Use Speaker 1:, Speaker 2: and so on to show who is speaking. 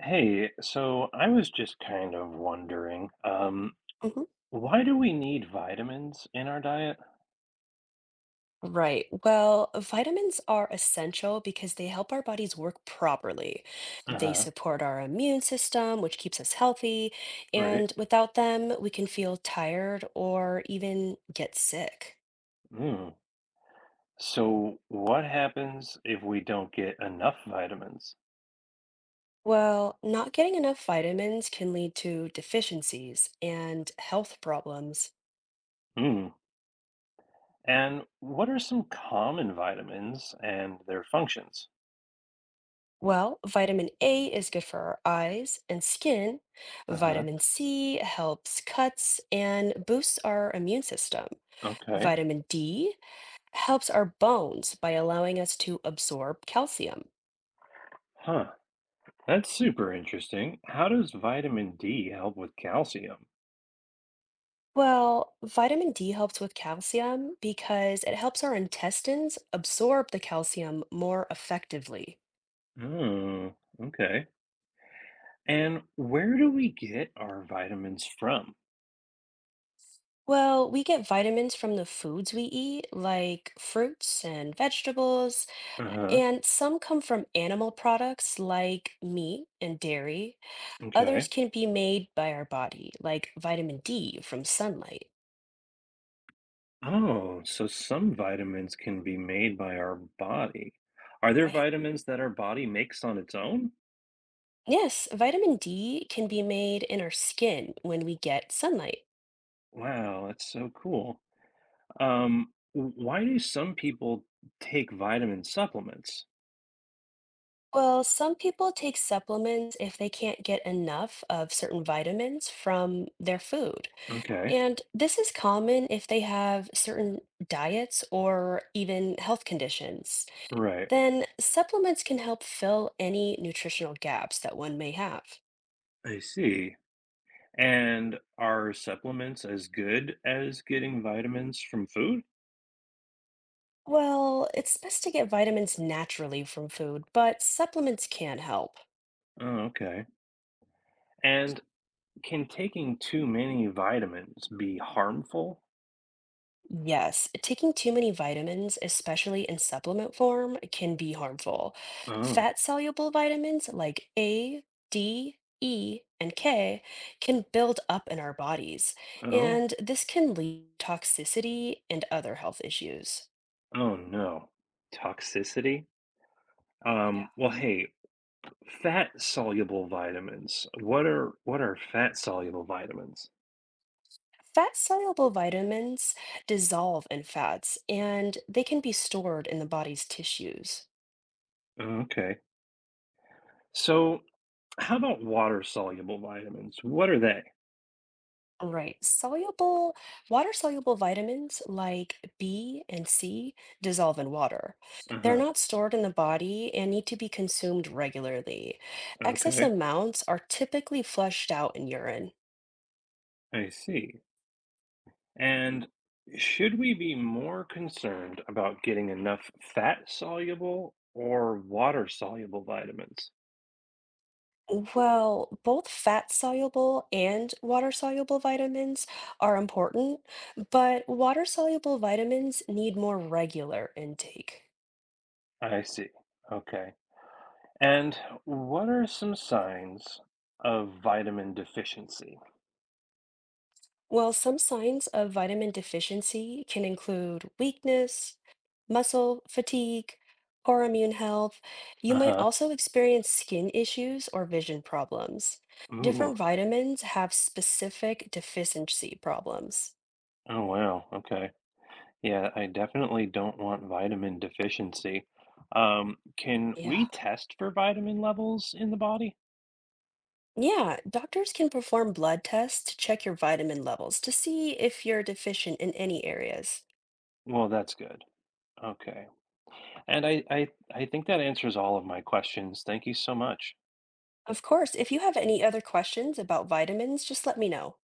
Speaker 1: Hey, so I was just kind of wondering,
Speaker 2: Mhm.
Speaker 1: why do we need vitamins in our diet?
Speaker 2: Right. Well, vitamins are essential because they help our bodies work properly. They
Speaker 1: Uh-huh,
Speaker 2: support our immune system, which keeps us healthy,
Speaker 1: right.
Speaker 2: and without them, we can feel tired or even get sick.
Speaker 1: Hmm. So what happens if we don't get enough vitamins?
Speaker 2: Well, not getting enough vitamins can lead to deficiencies and health problems.
Speaker 1: Hmm. And what are some common vitamins and their functions?
Speaker 2: Well, vitamin A is good for our eyes and skin.
Speaker 1: Uh-huh.
Speaker 2: Vitamin C helps cuts and boosts our immune system.
Speaker 1: Okay.
Speaker 2: Vitamin D helps our bones by allowing us to absorb calcium.
Speaker 1: Huh. That's super interesting. How does vitamin D help with calcium?
Speaker 2: Well, vitamin D helps with calcium because it helps our intestines absorb the calcium more effectively.
Speaker 1: Hmm. Okay. And where do we get our vitamins from?
Speaker 2: Well, we get vitamins from the foods we eat, like fruits and vegetables,
Speaker 1: Uh-huh.
Speaker 2: and some come from animal products like meat and dairy.
Speaker 1: Okay.
Speaker 2: Others can be made by our body, like vitamin D from sunlight.
Speaker 1: Oh, so some vitamins can be made by our body. Are there
Speaker 2: Right.
Speaker 1: vitamins that our body makes on its own?
Speaker 2: Yes, vitamin D can be made in our skin when we get sunlight.
Speaker 1: Wow, that's so cool. Why do some people take vitamin supplements?
Speaker 2: Well, some people take supplements if they can't get enough of certain vitamins from their food.
Speaker 1: Okay,
Speaker 2: And this is common if they have certain diets or even health conditions.
Speaker 1: right.
Speaker 2: Then supplements can help fill any nutritional gaps that one may have.
Speaker 1: I see. And are supplements as good as getting vitamins from food?
Speaker 2: Well, it's best to get vitamins naturally from food, but supplements can help.
Speaker 1: Oh, okay. And can taking too many vitamins be harmful?
Speaker 2: Yes, taking too many vitamins, especially in supplement form, can be harmful.
Speaker 1: Oh,
Speaker 2: Fat soluble vitamins like A, D, E, and K can build up in our bodies,
Speaker 1: oh.
Speaker 2: and this can lead to toxicity and other health issues.
Speaker 1: Oh no. Toxicity? Well, hey, fat soluble vitamins. What are fat soluble vitamins?
Speaker 2: Fat soluble vitamins dissolve in fats, and they can be stored in the body's tissues.
Speaker 1: Okay. So, how about water soluble vitamins? What are they?
Speaker 2: All right. Soluble, water-soluble vitamins like B and C dissolve in water. They're
Speaker 1: Uh-huh.
Speaker 2: not stored in the body and need to be consumed regularly. Excess
Speaker 1: Okay.
Speaker 2: amounts are typically flushed out in urine.
Speaker 1: I see. And should we be more concerned about getting enough fat soluble or water soluble vitamins?
Speaker 2: Well, both fat-soluble and water-soluble vitamins are important, but water-soluble vitamins need more regular intake.
Speaker 1: I see. Okay. And what are some signs of vitamin deficiency?
Speaker 2: Well, some signs of vitamin deficiency can include weakness, muscle fatigue, poor immune health. You might
Speaker 1: Uh-huh.
Speaker 2: also experience skin issues or vision problems.
Speaker 1: Ooh.
Speaker 2: Different vitamins have specific deficiency problems.
Speaker 1: Oh wow. Okay. Yeah, I definitely don't want vitamin deficiency. Can
Speaker 2: Yeah.
Speaker 1: we test for vitamin levels in the body?
Speaker 2: Yeah, doctors can perform blood tests to check your vitamin levels to see if you're deficient in any areas.
Speaker 1: Well, that's good. Okay. And I think that answers all of my questions. Thank you so much.
Speaker 2: Of course, if you have any other questions about vitamins, just let me know.